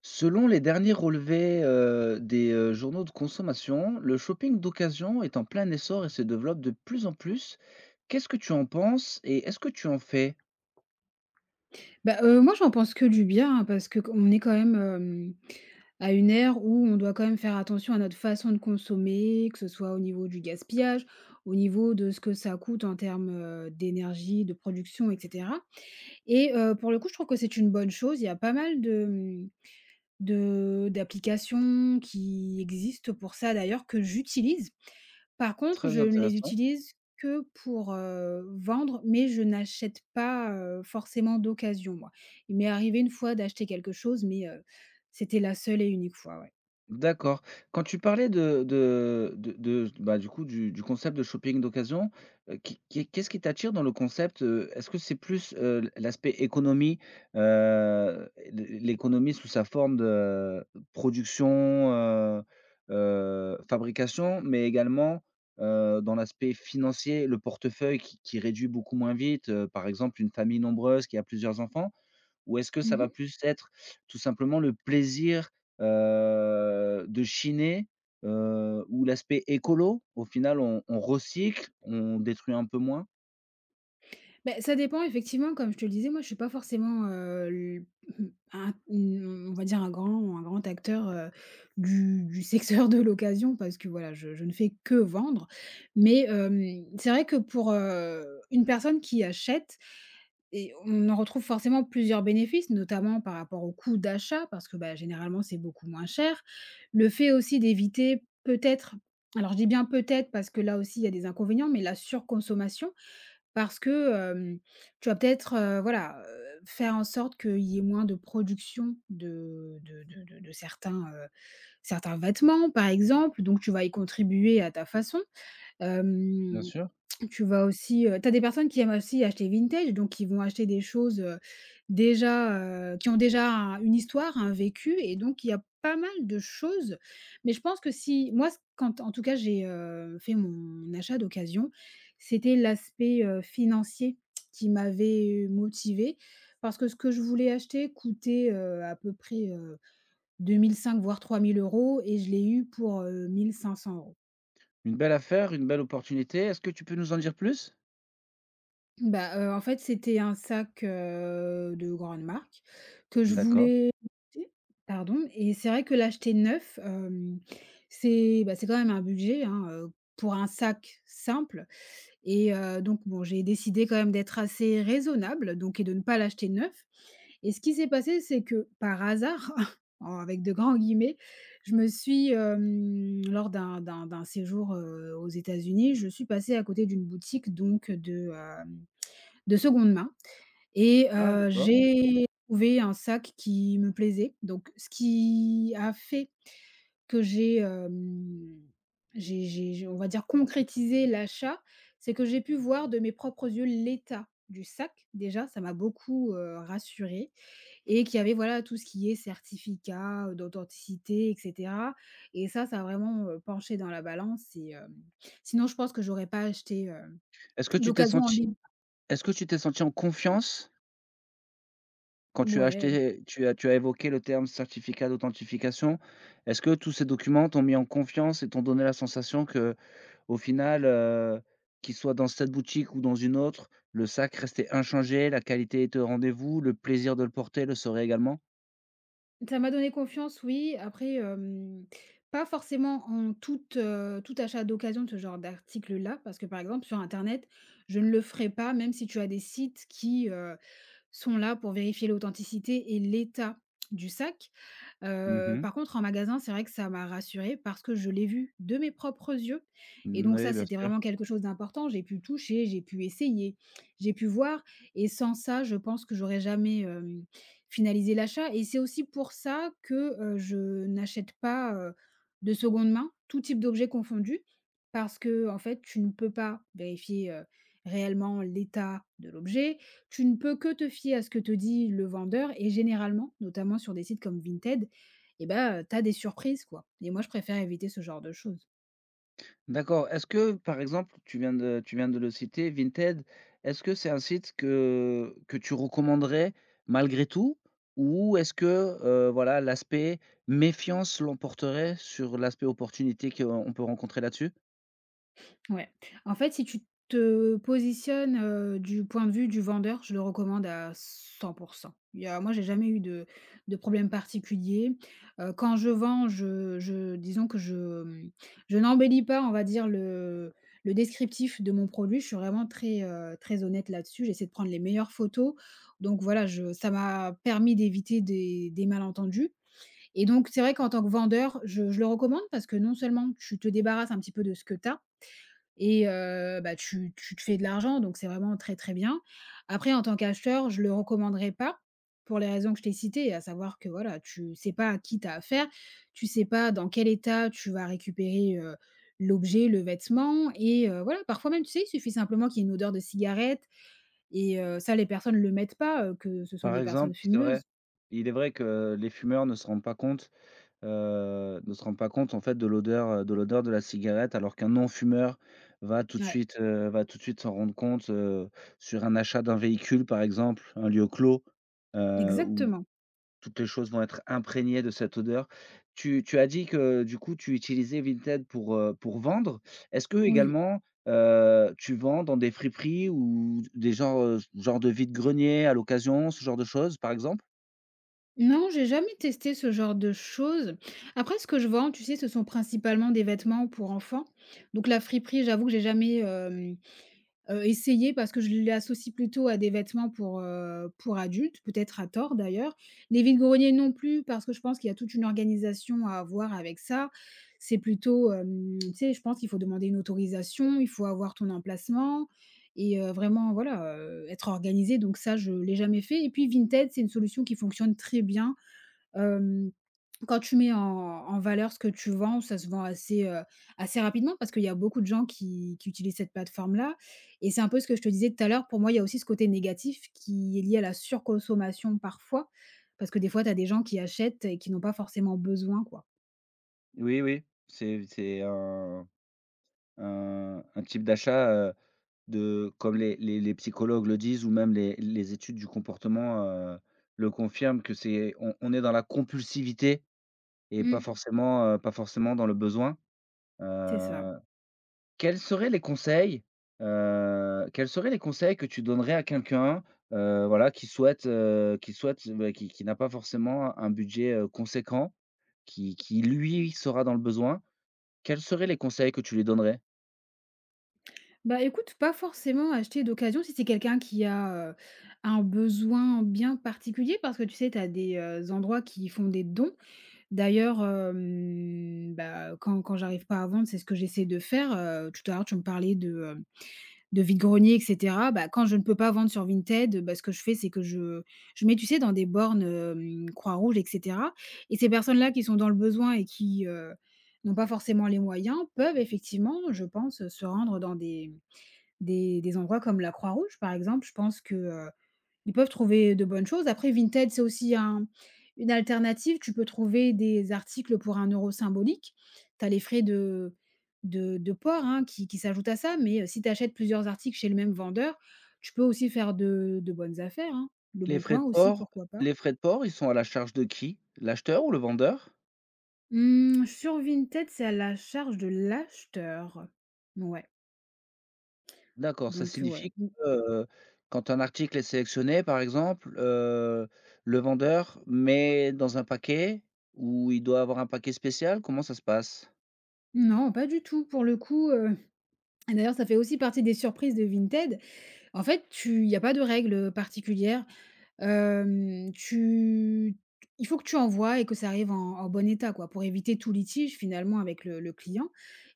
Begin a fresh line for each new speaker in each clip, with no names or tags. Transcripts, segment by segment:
Selon les derniers relevés, des, journaux de consommation, le shopping d'occasion est en plein essor et se développe de plus en plus. Qu'est-ce que tu en penses et est-ce que tu en fais?
Moi j'en pense que du bien, hein, parce que q on est quand même, à une ère où on doit quand même faire attention à notre façon de consommer, que ce soit au niveau du gaspillage, au niveau de ce que ça coûte en termes, d'énergie, de production et cetera. Et pour le coup, je trouve que c'est une bonne chose. Il y a pas mal de d'applications qui existent pour ça d'ailleurs, que j'utilise. Par contre,
Très
je ne les
intéressant.
utilise que pour, vendre, mais je n'achète pas, forcément d'occasion, moi. Il m'est arrivé une fois d'acheter quelque chose, mais, c'était la seule et unique fois, ouais.
D'accord. Quand tu parlais du coup, du concept de shopping d'occasion, qui qu'est-ce qui t'attire dans le concept? Est-ce que c'est plus, l'aspect économie, l'économie sous sa forme de production, fabrication, mais également, dans l'aspect financier, le portefeuille qui réduit beaucoup moins vite, par exemple une famille nombreuse qui a plusieurs enfants? Ou est-ce que ça va
Mmh.
plus être tout simplement le plaisir, de chiner, ou l'aspect écolo? Au final, on recycle, on détruit un peu moins?
Ben ça dépend effectivement, comme je te le disais, moi je suis pas forcément, mmh, on va dire un grand acteur, du secteur de l'occasion parce que voilà, je ne fais que vendre. Mais, c'est vrai que pour, une personne qui achète, et on en retrouve forcément plusieurs bénéfices, notamment par rapport au coût d'achat parce que, bah, généralement c'est beaucoup moins cher. Le fait aussi d'éviter peut-être, alors je dis bien peut-être parce que là aussi il y a des inconvénients, mais la surconsommation. Parce que, tu vas peut-être, voilà, faire en sorte qu'il y ait moins de production de certains, certains vêtements, par exemple, donc tu vas y contribuer à ta façon.
Bien
Hem
sûr.
Tu vas aussi, tu des personnes qui aiment aussi acheter vintage, donc qui vont acheter des choses, déjà, qui ont déjà un une histoire, un vécu, et donc il y a pas mal de choses. Mais je pense que si moi, c quand en tout cas j'ai, fait mon achat d'occasion, c'était l'aspect, financier qui m'avait motivée, parce que ce que je voulais acheter coûtait, à peu près, 2 500 voire 3 000 euros, et je l'ai eu pour, 1 500 euros.
Une belle affaire, une belle opportunité. Est-ce que tu peux nous en dire plus?
Bah, en fait, c'était un sac, de grande marque que je
D'accord.
voulais acheter, pardon. Et c'est vrai que l'acheter neuf, c'est, bah, c'est quand même un budget, hein, pour un sac simple. Et donc bon, j'ai décidé quand même d'être assez raisonnable donc et de ne pas l'acheter neuf. Et ce qui s'est passé, c'est que par hasard, en avec de grands guillemets, je me suis, lors d'un séjour, aux États-Unis, je suis passée à côté d'une boutique donc de seconde main. Et
Ah d'accord.
j'ai trouvé un sac qui me plaisait, donc ce qui a fait que j'ai, hem, j'ai on va dire concrétisé l'achat, c'est que j'ai pu voir de mes propres yeux l'état du sac. Déjà, ça m'a beaucoup, rassurée, et qu'il y avait, voilà, tout ce qui est certificat, d'authenticité et cetera. Et ça a vraiment, penché dans la balance. Et sinon je pense que j'aurais pas acheté,
Est-ce que tu t'es
d'occasion en
senti
ligne.
Est-ce que tu t'es senti en confiance quand tu as
Ouais.
acheté tu as évoqué le terme certificat d'authentification? Est-ce que tous ces documents t'ont mis en confiance et t'ont donné la sensation que au final, qu'il soit dans cette boutique ou dans une autre, le sac restait inchangé, la qualité était au rendez-vous, le plaisir de le porter le serait également?
Ça m'a donné confiance, oui. Après, pas forcément en tout, tout achat d'occasion de ce genre d'article là, parce que, par exemple, sur internet, je ne le ferai pas, même si tu as des sites qui, sont là pour vérifier l'authenticité et l'état du sac.
Mmh mh.
Par contre en magasin, c'est vrai que ça m'a rassurée parce que je l'ai vu de mes propres yeux. Et donc ça,
Bien
c'était
sûr.
vraiment quelque chose d'important. J'ai pu toucher, j'ai pu essayer, j'ai pu voir. Et sans ça, je pense que j'aurais jamais, finalisé l'achat. Et c'est aussi pour ça que, je n'achète pas, de seconde main, tout type d'objet confondu. Parce que en fait, tu ne peux pas vérifier, réellement l'état de l'objet, tu ne peux que te fier à ce que te dit le vendeur. Et généralement, notamment sur des sites comme Vinted, eh ben tu as des surprises, quoi. Et moi je préfère éviter ce genre de choses.
D'accord. Est-ce que, par exemple, tu viens de le citer, Vinted, est-ce que c'est un site que tu recommanderais malgré tout? Ou est-ce que, voilà, l'aspect méfiance l'emporterait sur l'aspect opportunité qu'on peut rencontrer là-dessus?
Ouais. En fait, si tu te positionnes, du point de vue du vendeur, je le recommande à 100%. Il y a moi, j'ai jamais eu de problème particulier. Quand je vends, je disons que je, je n'embellis pas, on va dire, le descriptif de mon produit. Je suis vraiment très, très honnête là-dessus. J'essaie de prendre les meilleures photos. Donc voilà, je ça m'a permis d'éviter des malentendus. Et donc c'est vrai qu'en tant que vendeur, je le recommande parce que non seulement tu te débarrasses un petit peu de ce que tu, et bah, tu te fais de l'argent, donc c'est vraiment très, très bien. Après en tant qu'acheteur, je le recommanderais pas pour les raisons que je t'ai citées, à savoir que, voilà, tu sais pas à qui tu as affaire, tu sais pas dans quel état tu vas récupérer, l'objet, le vêtement. Et voilà, parfois même, tu sais, il suffit simplement qu'il y ait une odeur de cigarette. Et ça les personnes le mettent pas, que ce sont
Par
des personnes
exemple, c'est vrai,
fumeuses.
il est vrai que les fumeurs ne se rendent pas compte. Ne se rend pas compte en fait de l'odeur, de l'odeur de la cigarette alors qu'un non-fumeur va tout de
Ouais,
suite, s'en rendre compte, sur un achat d'un véhicule par exemple, un lieu clos, où
exactement.
toutes les choses vont être imprégnées de cette odeur. Tu as dit que du coup tu utilisais Vinted pour vendre. Est-ce que
Oui.
également, tu vends dans des friperies ou des genres, genre de vide-grenier à l'occasion, ce genre de choses par exemple?
Non, j'ai jamais testé ce genre de choses. Après, ce que je vends, tu sais, ce sont principalement des vêtements pour enfants. Donc la friperie, j'avoue que j'ai jamais, essayé parce que je l'associe plutôt à des vêtements pour adultes, peut-être à tort d'ailleurs. Les vide-greniers non plus parce que je pense qu'il y a toute une organisation à avoir avec ça. C'est plutôt, tu sais, je pense qu'il faut demander une autorisation, il faut avoir ton emplacement. Et vraiment voilà, être organisé, donc ça je l'ai jamais fait. Et puis Vinted, c'est une solution qui fonctionne très bien. Hem, Quand tu mets en valeur ce que tu vends, ça se vend assez, assez rapidement parce qu'il y a beaucoup de gens qui utilisent cette plateforme-là. Et c'est un peu ce que je te disais tout à l'heure, pour moi, il y a aussi ce côté négatif qui est lié à la surconsommation parfois, parce que des fois, tu as des gens qui achètent et qui n'ont pas forcément besoin, quoi.
Oui, oui, c'est un type d'achat, de comme les les psychologues le disent ou même les études du comportement, le confirment que c'est, on est dans la compulsivité et pas, mmh,
Mmh,
forcément, pas forcément dans le besoin. Ouais.
c'est ça.
Quels seraient les conseils, quels seraient les conseils que tu donnerais à quelqu'un, voilà, qui souhaite, bah, qui n'a pas forcément un budget, conséquent, qui lui sera dans le besoin? Quels seraient les conseils que tu lui donnerais?
Bah, écoute, pas forcément acheter d'occasion si c'est quelqu'un qui a, un besoin bien particulier parce que tu sais, tu as des, endroits qui font des dons. D'ailleurs, bah, quand j'arrive pas à vendre, c'est ce que j'essaie de faire, tout à l'heure tu me parlais de vide-grenier et cetera. Bah, quand je ne peux pas vendre sur Vinted, bah, ce que je fais, c'est que je mets, tu sais, dans des bornes, Croix-Rouge et cetera. Et ces personnes-là qui sont dans le besoin et qui, n'ont pas forcément les moyens, peuvent effectivement, je pense, se rendre dans des des endroits comme la Croix-Rouge, par exemple. Je pense que, ils peuvent trouver de bonnes choses. Après Vinted, c'est aussi un une alternative. Tu peux trouver des articles pour 1 euro symbolique. Tu as les frais de de port, hein, qui s'ajoutent à ça, mais si tu achètes plusieurs articles chez le même vendeur, tu peux aussi faire de bonnes affaires, hein. Le
Les
Bon
frais de
Coin aussi,
port
pourquoi pas?
les frais de port, ils sont à la charge de qui? L'acheteur ou le vendeur?
Mmh, sur Vinted, c'est à la charge de l'acheteur. Ouais,
D'accord, ça
donc
signifie
ouais. N
que, heu, quand un article est sélectionné, par exemple, le vendeur met dans un paquet ou il doit avoir un paquet spécial? Comment ça se passe?
Non, pas du tout pour le coup, d'ailleurs ça fait aussi partie des surprises de Vinted. En fait, tu il y a pas de règles, particulières. Hem, tu Il faut que tu envoies et que ça arrive en bon état, quoi, pour éviter tout litige finalement avec le client.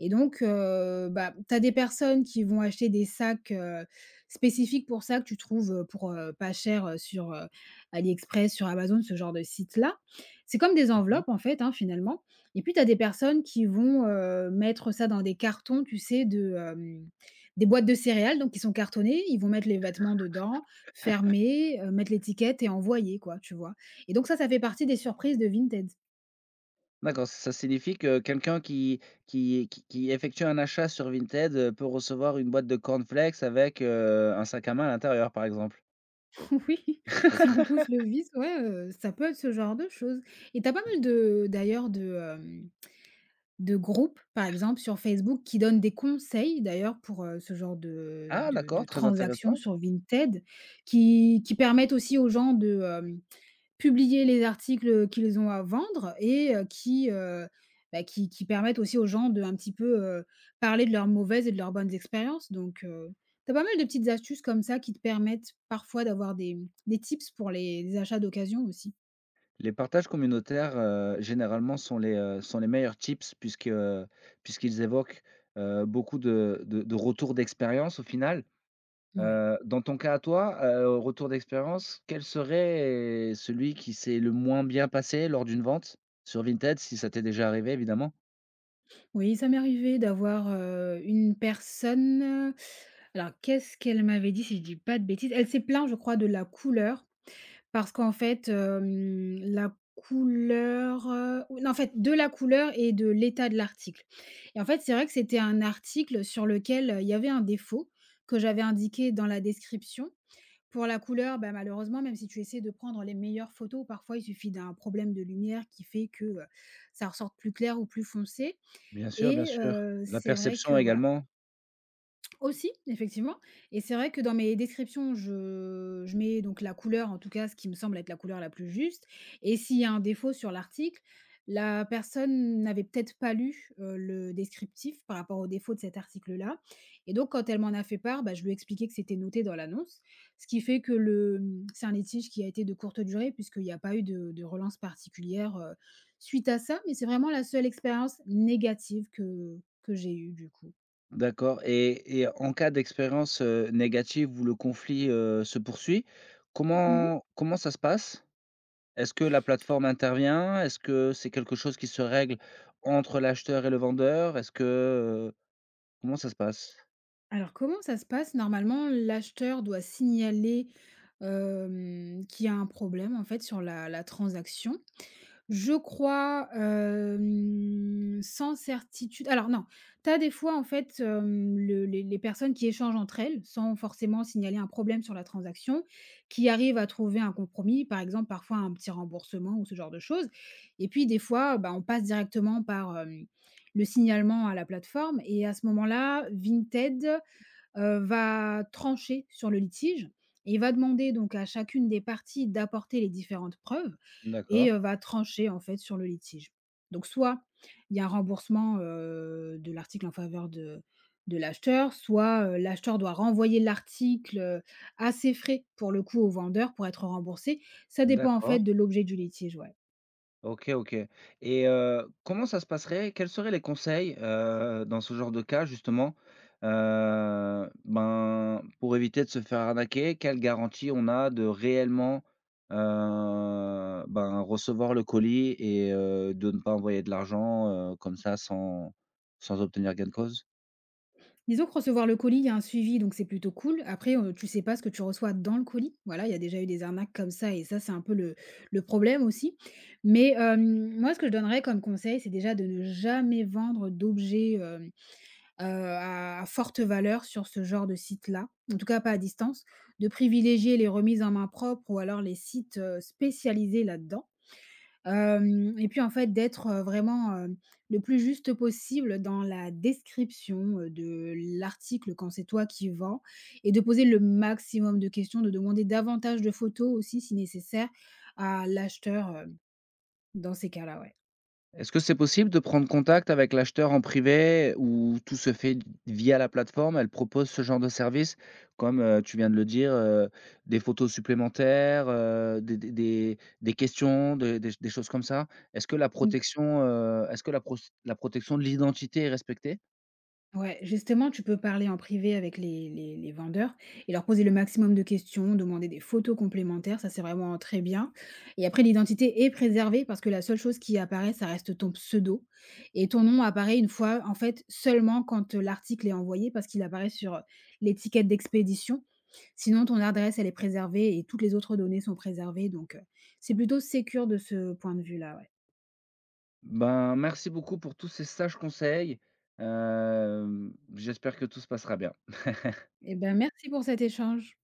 Et donc bah, tu as des personnes qui vont acheter des sacs, spécifiques pour ça que tu trouves, pour, pas cher, sur, AliExpress, sur Amazon, ce genre de site-là. C'est comme des
Mmh.
enveloppes en fait, hein, finalement. Et puis tu as des personnes qui vont, mettre ça dans des cartons, tu sais, de, des boîtes de céréales donc qui sont cartonnées, ils vont mettre les vêtements dedans. Fermer, mettre l'étiquette et envoyer, quoi, tu vois? Et donc ça fait partie des surprises de Vinted.
D'accord, ça signifie que quelqu'un qui effectue un achat sur Vinted, peut recevoir une boîte de cornflakes avec, un sac à main à l'intérieur, par exemple?
Oui, si on pousse le vice, ouais, ça peut être ce genre de choses. Et t'as pas mal de de groupes, par exemple, sur Facebook qui donnent des conseils d'ailleurs pour, ce genre de
Ah
de
d'accord,
de
très
transactions
intéressant.
sur Vinted qui permettent aussi aux gens de, hem publier les articles qu'ils ont à vendre et qui, bah, qui permettent aussi aux gens de un petit peu, parler de leurs mauvaises et de leurs bonnes expériences, donc tu pas mal de petites astuces comme ça qui te permettent parfois d'avoir des, des tips pour les achats d'occasion aussi.
Les partages communautaires, généralement sont les meilleurs tips puisque puisqu'ils évoquent, beaucoup de de retours d'expérience au final.
Ouais.
Dans ton cas à toi, retour d'expérience, quel serait celui qui s'est le moins bien passé lors d'une vente? Sur Vinted, si ça t'est déjà arrivé évidemment?
Oui, ça m'est arrivé d'avoir, une personne, alors qu'est-ce qu'elle m'avait dit si je dis pas de bêtises? Elle s'est plainte, je crois, de la couleur. Parce qu'en fait, la couleur, ou non, en fait, de la couleur et de l'état de l'article. Et en fait, c'est vrai que c'était un article sur lequel, il y avait un défaut que j'avais indiqué dans la description. Pour la couleur, bah, malheureusement, même si tu essaies de prendre les meilleures photos, parfois il suffit d'un problème de lumière qui fait que, ça ressorte plus clair ou plus foncé.
Bien sûr, bien
Et
sûr. La
c'est vrai que
perception
voilà,
également?
aussi, effectivement. Et c'est vrai que dans mes descriptions, je mets donc la couleur, en tout cas, ce qui me semble être la couleur la plus juste. Et s'il y a un défaut sur l'article, la personne n'avait peut-être pas lu, le descriptif par rapport au défaut de cet article-là. Et donc quand elle m'en a fait part, bah, je lui ai expliqué que c'était noté dans l'annonce. Ce qui fait que le, mmh c'est un litige qui a été de courte durée, puisqu'il n'y a pas eu de relance particulière, suite à ça, mais c'est vraiment la seule expérience négative que j'ai eue, du coup.
D'accord. Et en cas d'expérience, négative où le conflit, se poursuit,
Mmh.
comment ça se passe? Est-ce que la plateforme intervient? Est-ce que c'est quelque chose qui se règle entre l'acheteur et le vendeur? Est-ce que, heu comment ça se passe?
Alors, comment ça se passe? Normalement, l'acheteur doit signaler, qu'il y a un problème, en fait, sur la transaction. Je crois, sans certitude, alors non, tu as des fois, en fait, hem, le les personnes qui échangent entre elles, sans forcément signaler un problème sur la transaction, qui arrivent à trouver un compromis, par exemple, parfois un petit remboursement ou ce genre de choses. Et puis des fois, bah, on passe directement par, le signalement à la plateforme et à ce moment-là, Vinted va trancher sur le litige et va demander donc à chacune des parties d'apporter les différentes preuves.
D'accord,
Et va trancher en fait sur le litige. Donc, soit il y a un remboursement, de l'article en faveur de l'acheteur, soit, l'acheteur doit renvoyer l'article, à ses frais pour le coup au vendeur pour être remboursé. Ça dépend en fait
d'accord.
de l'objet du litige, ouais.
OK, OK. Et comment ça se passerait? Quels seraient les conseils, dans ce genre de cas justement, ben, pour éviter de se faire arnaquer? Quelle garantie on a de réellement, ben, recevoir le colis et de ne pas envoyer de l'argent, comme ça sans obtenir gain de cause?
Disons que recevoir le colis, il y a un suivi, donc c'est plutôt cool. Après, tu sais pas ce que tu reçois dans le colis. Voilà, il y a déjà eu des arnaques comme ça et ça, c'est un peu le problème aussi. Mais, moi, ce que je donnerais comme conseil, c'est déjà de ne jamais vendre d'objets, à forte valeur sur ce genre de site-là, en tout cas pas à distance. De privilégier les remises en main propre ou alors les sites, spécialisés là-dedans. Hem Et puis, en fait, d'être, vraiment, le plus juste possible dans la description, de l'article quand c'est toi qui vends. Et de poser le maximum de questions, de demander davantage de photos aussi si nécessaire à l'acheteur, dans ces cas-là,
Est-ce que c'est possible de prendre contact avec l'acheteur en privé ou tout se fait via la plateforme? Elle propose ce genre de service, comme tu viens de le dire, des photos supplémentaires, des, des questions, des, des choses comme ça. Est-ce que la
ouais.
protection, est-ce que la, la protection de l'identité est respectée?
Ouais, justement, tu peux parler en privé avec les, les vendeurs et leur poser le maximum de questions, demander des photos complémentaires, ça c'est vraiment très bien. Et après, l'identité est préservée parce que la seule chose qui apparaît, ça reste ton pseudo. Et ton nom apparaît une fois, en fait, seulement quand l'article est envoyé, parce qu'il apparaît sur l'étiquette d'expédition. Sinon, ton adresse, elle est préservée et toutes les autres données sont préservées. Donc, c'est plutôt sécure de ce point de vue-là. Ouais.
Ben, merci beaucoup pour tous ces sages conseils. Euh, J'espère que tout se passera bien.
Eh ben, merci pour cet échange.